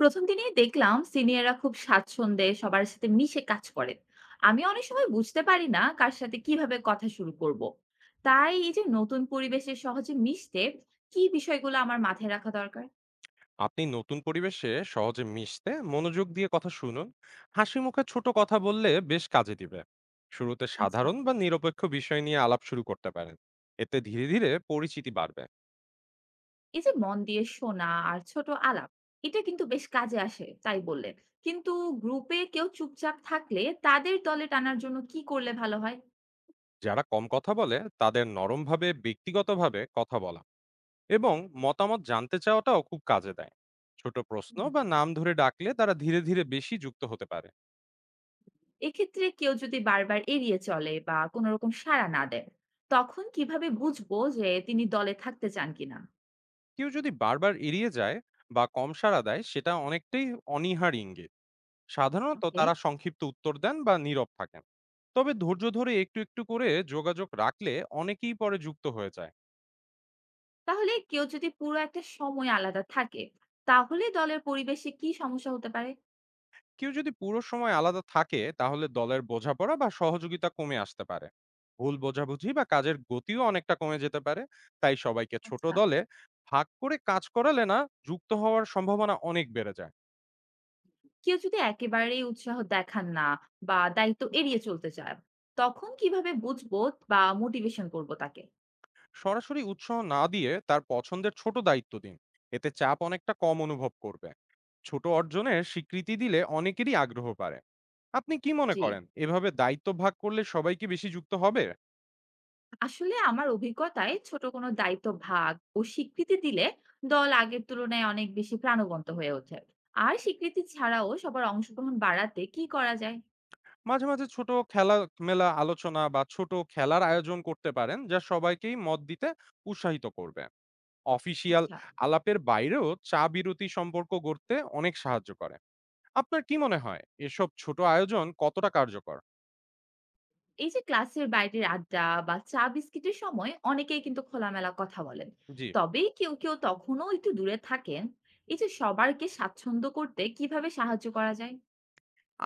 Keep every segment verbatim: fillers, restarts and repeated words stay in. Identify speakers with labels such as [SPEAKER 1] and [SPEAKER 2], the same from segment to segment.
[SPEAKER 1] প্রথম দিনেই দেখলাম সিনিয়ররা খুব স্বাচ্ছন্দ্যে সবার সাথে মিশে কাজ করেন। আমি অনেক সময় বুঝতে পারি না কার সাথে কিভাবে কথা শুরু করব। তাই এই যে নতুন পরিবেশে সহজে মিশতে কি বিষয়গুলো আমার মাথায় রাখা দরকার?
[SPEAKER 2] আপনি নতুন পরিবেশে সহজে মিশতে মনোযোগ দিয়ে কথা শুনুন। হাসি মুখে ছোট কথা বললে বেশ কাজে দিবে। শুরুতে
[SPEAKER 1] আচ্ছা,
[SPEAKER 2] সাধারণ বা নিরপেক্ষ বিষয় নিয়ে আলাপ শুরু করতে পারেন। এতে ধীরে ধীরে পরিচিতি বাড়বে।
[SPEAKER 1] এই যে মন দিয়ে শোনা আর ছোট আলাপ, এটা কিন্তু বেশ কাজে আসে তাই বললেন। কিন্তু গ্রুপে কেউ চুপচাপ থাকলে তাদের দলে টানার জন্য কি করলে ভালো হয়?
[SPEAKER 2] যারা কম কথা বলে তাদের নরমভাবে ব্যক্তিগতভাবে কথা বলা এবং মতামত জানতে চাওয়াটাও খুব কাজে দেয়। ছোট প্রশ্ন বা নাম ধরে ডাকলে তারা ধীরে ধীরে বেশি যুক্ত হতে পারে।
[SPEAKER 1] এক্ষেত্রে কেউ যদি বারবার এড়িয়ে চলে বা কোনো রকম সাড়া না দেন, তখন কিভাবে বুঝবো যে তিনি দলে থাকতে চান কিনা?
[SPEAKER 2] কেউ যদি বারবার এড়িয়ে যায় বা কম সাড়া দেয়, সেটা অনেকটাই অনীহার ইঙ্গিত। সাধারণত
[SPEAKER 1] ওকে।
[SPEAKER 2] তারা সংক্ষিপ্ত উত্তর দেন বা নীরব থাকেন। তবে ধৈর্য ধরে একটু একটু করে যোগাযোগ রাখলে অনেকেই পরে যুক্ত হয়ে যায়।
[SPEAKER 1] তাহলে কেউ যদি পুরো একটা সময় আলাদা থাকে, তাহলে দলের পরিবেশে কি সমস্যা হতে পারে?
[SPEAKER 2] কেউ যদি পুরো সময় আলাদা থাকে, তাহলে দলের বোঝাপড়া বা সহযোগিতা কমে আসতে পারে। ভুল বোঝাবুঝি বা কাজের গতিও অনেকটা কমে যেতে পারে। তাই সবাইকে ছোট
[SPEAKER 1] আচ্ছা,
[SPEAKER 2] দলে ভাগ করে কাজ করালে না যুক্ত হওয়ার সম্ভাবনা অনেক বেড়ে যায়।
[SPEAKER 1] কেউ যদি একেবারেই উৎসাহ দেখান না বা দায়িত্ব এড়িয়ে চলতে চায়, তখন কিভাবে বুঝবো বা মোটিভেশন করব তাকে?
[SPEAKER 2] সরাসরি উৎসাহ না দিয়ে তার পছন্দের ছোট দায়িত্ব দিন। এতে চাপ অনেকটা কম অনুভব করবে। ছোট অর্জনের স্বীকৃতি দিলে অনেকেরই আগ্রহ বাড়ে। আপনি কি মনে
[SPEAKER 1] জি,
[SPEAKER 2] করেন এভাবে দায়িত্ব ভাগ করলে সবাই কি বেশি যুক্ত হবে?
[SPEAKER 1] আসলে আমার অভিজ্ঞতায় ছোট কোনো দায়িত্ব ভাগ ও স্বীকৃতি দিলে দল আগের তুলনায় অনেক বেশি প্রাণবন্ত হয়ে ওঠে। আর স্বীকৃতি ছাড়াও সবার অংশগ্রহণ বাড়াতে কি করা যায়?
[SPEAKER 2] মাঝে মাঝে ছোট খেলা, মেলা আলোচনা বা ছোট খেলার আয়োজন করতে পারেন, যা সবাইকেই মত দিতে উৎসাহিত করবে। অফিসিয়াল
[SPEAKER 1] আচ্ছা,
[SPEAKER 2] আলাপের বাইরেও চা বিরতি সম্পর্ক গড়তে অনেক সাহায্য করে। আপনার কি মনে হয় এসব ছোট আয়োজন কতটা কার্যকর?
[SPEAKER 1] এই যে ক্লাসের বাইরের আড্ডা বা চা বিস্কিটের সময় অনেকেই কিন্তু খোলামেলা কথা বলেন।
[SPEAKER 2] জি।
[SPEAKER 1] তবে কেউ কেউ তখনও একটু দূরে থাকেন। এই যে সবারকে স্বাচ্ছন্দ্য করতে কিভাবে সাহায্য করা যায়?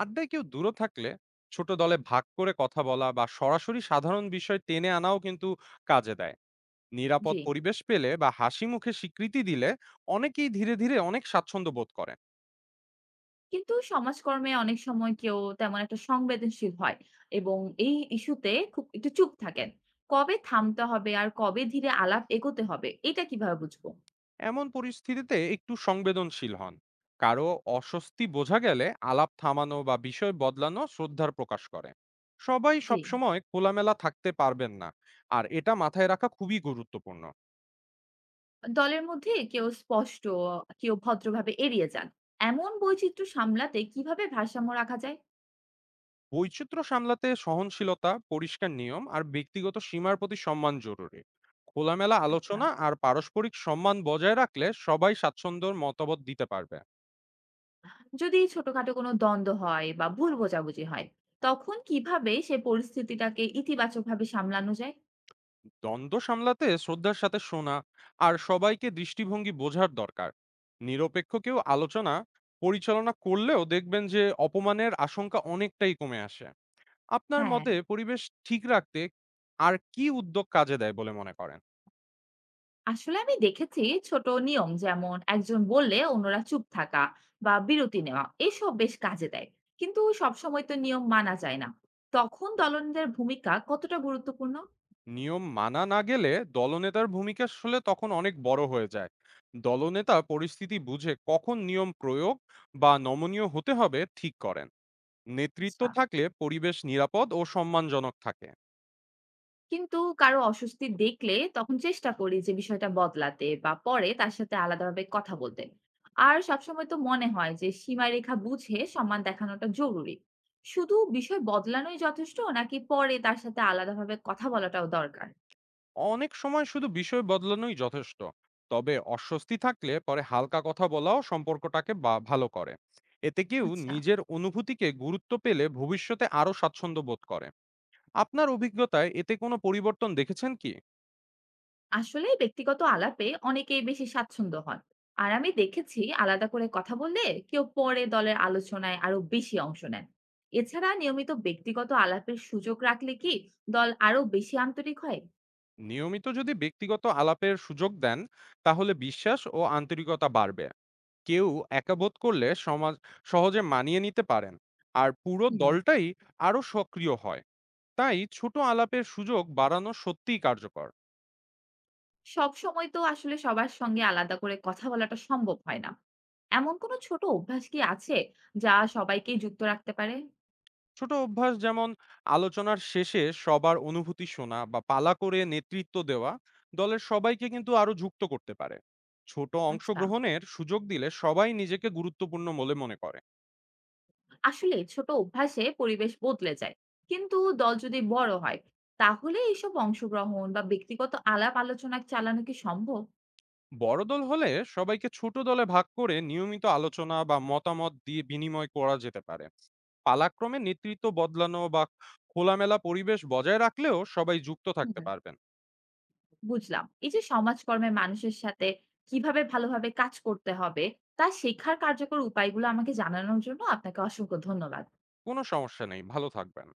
[SPEAKER 2] আড্ডায় কেউ দূরে থাকলে ছোট দলে ভাগ করে কথা বলা বা সরাসরি সাধারণ বিষয় টেনে আনাও কিন্তু কাজে দেয়। নিরাপদ
[SPEAKER 1] জি,
[SPEAKER 2] পরিবেশ পেলে বা হাসি মুখে স্বীকৃতি দিলে অনেকেই ধীরে ধীরে অনেক স্বাচ্ছন্দ্য বোধ করে।
[SPEAKER 1] কিন্তু সমাজকর্মে অনেক সময় কেউ তেমন একটা সংবেদনশীল হয় এবং এই ইস্যুতে খুব একটু চুপ থাকেন। কবে থামতে হবে আর কবে ধীরে আলাপ এগোতে হবে এটা কিভাবে বুঝবো?
[SPEAKER 2] এমন পরিস্থিতিতে একটু সংবেদনশীল হন। কারো অস্বস্তি বোঝা গেলে আলাপ থামানো বা বিষয় বদলানো শ্রদ্ধার প্রকাশ করে। সবাই
[SPEAKER 1] জি,
[SPEAKER 2] সবসময় খোলামেলা থাকতে পারবেন না, আর এটা মাথায় রাখা খুবই গুরুত্বপূর্ণ।
[SPEAKER 1] দলের মধ্যে কেউ স্পষ্ট, কেউ ভদ্রভাবে এড়িয়ে যান। এমন বৈচিত্র্য সামলাতে কিভাবে ভারসাম্য রাখা যায়?
[SPEAKER 2] বৈচিত্র্য সামলাতে সহনশীলতা, পরিষ্কার নিয়ম আর ব্যক্তিগত সীমার প্রতি সম্মান জরুরি। খোলামেলা
[SPEAKER 1] আচ্ছা,
[SPEAKER 2] আলোচনা আর পারস্পরিক সম্মান বজায় রাখলে সবাই স্বাচ্ছন্দ্যর মতামত দিতে পারবে।
[SPEAKER 1] যদি ছোটখাটো কোনো দ্বন্দ্ব হয় বা ভুল বোঝাবুঝি হয়, তখন কিভাবে সে পরিস্থিতিটাকে ইতিবাচকভাবে সামলানো যায়?
[SPEAKER 2] দ্বন্দ্ব সামলাতে শ্রদ্ধার সাথে শোনা আর সবাইকে দৃষ্টিভঙ্গি বোঝার দরকার। নিরপেক্ষ কেউ আলোচনা পরিচালনা করলেও দেখবেন যে অপমানের আশঙ্কা অনেকটাই কমে আসে। আপনার
[SPEAKER 1] হ্যাঁ,
[SPEAKER 2] মতে পরিবেশ ঠিক রাখতে আর কি উদ্যোগ কাজে দেয় বলে মনে করেন?
[SPEAKER 1] আসলে আমি দেখেছি ছোট নিয়ম যেমন একজন বললে অন্যরা চুপ থাকা বা বিরতি নেওয়া এসব বেশ কাজে দেয়। কিন্তু সবসময় তো নিয়ম মানা যায় না, তখন দলনেতার ভূমিকা কতটা গুরুত্বপূর্ণ?
[SPEAKER 2] নিয়ম মানা না গেলে দলনেতার ভূমিকা আসলে তখন অনেক বড় হয়ে যায়। দলনেতা পরিস্থিতি বুঝে কখন নিয়ম প্রয়োগ বা নমনীয় হতে হবে ঠিক করেন। নেতৃত্ব
[SPEAKER 1] আচ্ছা,
[SPEAKER 2] থাকলে পরিবেশ নিরাপদ ও সম্মানজনক থাকে।
[SPEAKER 1] কিন্তু কারো অস্বস্তি দেখলে তখন চেষ্টা করি যে বিষয়টা বদলাতে বা পরে তার সাথে আলাদাভাবে কথা বলতে। আর সবসময় তো মনে হয় যে সীমারেখা বুঝে সম্মান দেখানোটা জরুরি। শুধু বিষয় বদলানোই যথেষ্ট নাকি পরে তার সাথে আলাদাভাবে কথা বলাটাও দরকার?
[SPEAKER 2] অনেক সময় শুধু বিষয় বদলানোই যথেষ্ট, তবে অস্বস্তি থাকলে পরে হালকা কথা বলাও সম্পর্কটাকে বা- ভালো করে। এতে কেউ
[SPEAKER 1] আচ্ছা,
[SPEAKER 2] নিজের অনুভূতিকে গুরুত্ব পেলে ভবিষ্যতে আরো স্বাচ্ছন্দ্য বোধ করে। আপনার অভিজ্ঞতায় এতে কোনো পরিবর্তন দেখেছেন কি?
[SPEAKER 1] আসলে ব্যক্তিগত আলাপে অনেকেই বেশি স্বাচ্ছন্দ্য হন। আর আমি দেখেছি আলাদা করে কথা বললে কেউ পরে দলের আলোচনায় আরো বেশি অংশ নেন। এছাড়া নিয়মিত ব্যক্তিগত আলাপের সুযোগ রাখলে কি দল আরো বেশি আন্তরিক হয়?
[SPEAKER 2] নিয়মিত যদি ব্যক্তিগত আলাপের সুযোগ দেন, তাহলে বিশ্বাস ও আন্তরিকতা বাড়বে। কেউ একাবোধ করলে সমাজ সহজে মানিয়ে নিতে পারেন, আর পুরো
[SPEAKER 1] হুম,
[SPEAKER 2] দলটাই আরো সক্রিয় হয়। তাই ছোট আলাপের সুযোগ বাড়ানো সত্যিই কার্যকর।
[SPEAKER 1] সব সময় তো আসলে সবার সঙ্গে আলাদা করে কথা বলাটা সম্ভব হয় না। এমন কোনো ছোট অভ্যাস কি আছে যা সবাইকেই যুক্ত রাখতে পারে?
[SPEAKER 2] ছোট অভ্যাস যেমন আলোচনার শেষে সবার অনুভূতি শোনা বা পালা করে নেতৃত্ব দেওয়া দলের সবাইকে কিন্তু আরো যুক্ত করতে পারে। ছোট
[SPEAKER 1] আচ্ছা,
[SPEAKER 2] অংশগ্রহণের সুযোগ দিলে সবাই নিজেকে গুরুত্বপূর্ণ বলে মনে করে।
[SPEAKER 1] আসলে ছোট অভ্যাসে পরিবেশ বদলে যায়। কিন্তু দল যদি বড় হয়, তাহলে এইসব অংশগ্রহণ বা ব্যক্তিগত আলাপ আলোচনা চালানো কি সম্ভব?
[SPEAKER 2] বড় দল হলে সবাইকে ছোট দলে ভাগ করে নিয়মিত আলোচনা বা মতামত দিয়ে বিনিময় করা যেতে পারে। পালাক্রমে নেতৃত্ব বদলানো বা খোলামেলা পরিবেশ বজায় রাখলেও সবাই যুক্ত
[SPEAKER 1] হুম,
[SPEAKER 2] থাকতে পারবেন।
[SPEAKER 1] বুঝলাম এই যে সমাজকর্মে মানুষের সাথে কিভাবে ভালোভাবে কাজ করতে হবে তা শেখার কার্যকর উপায়গুলো আমাকে জানানোর জন্য আপনাকে অসংখ্য ধন্যবাদ।
[SPEAKER 2] কোনো সমস্যা নেই, ভালো থাকবেন।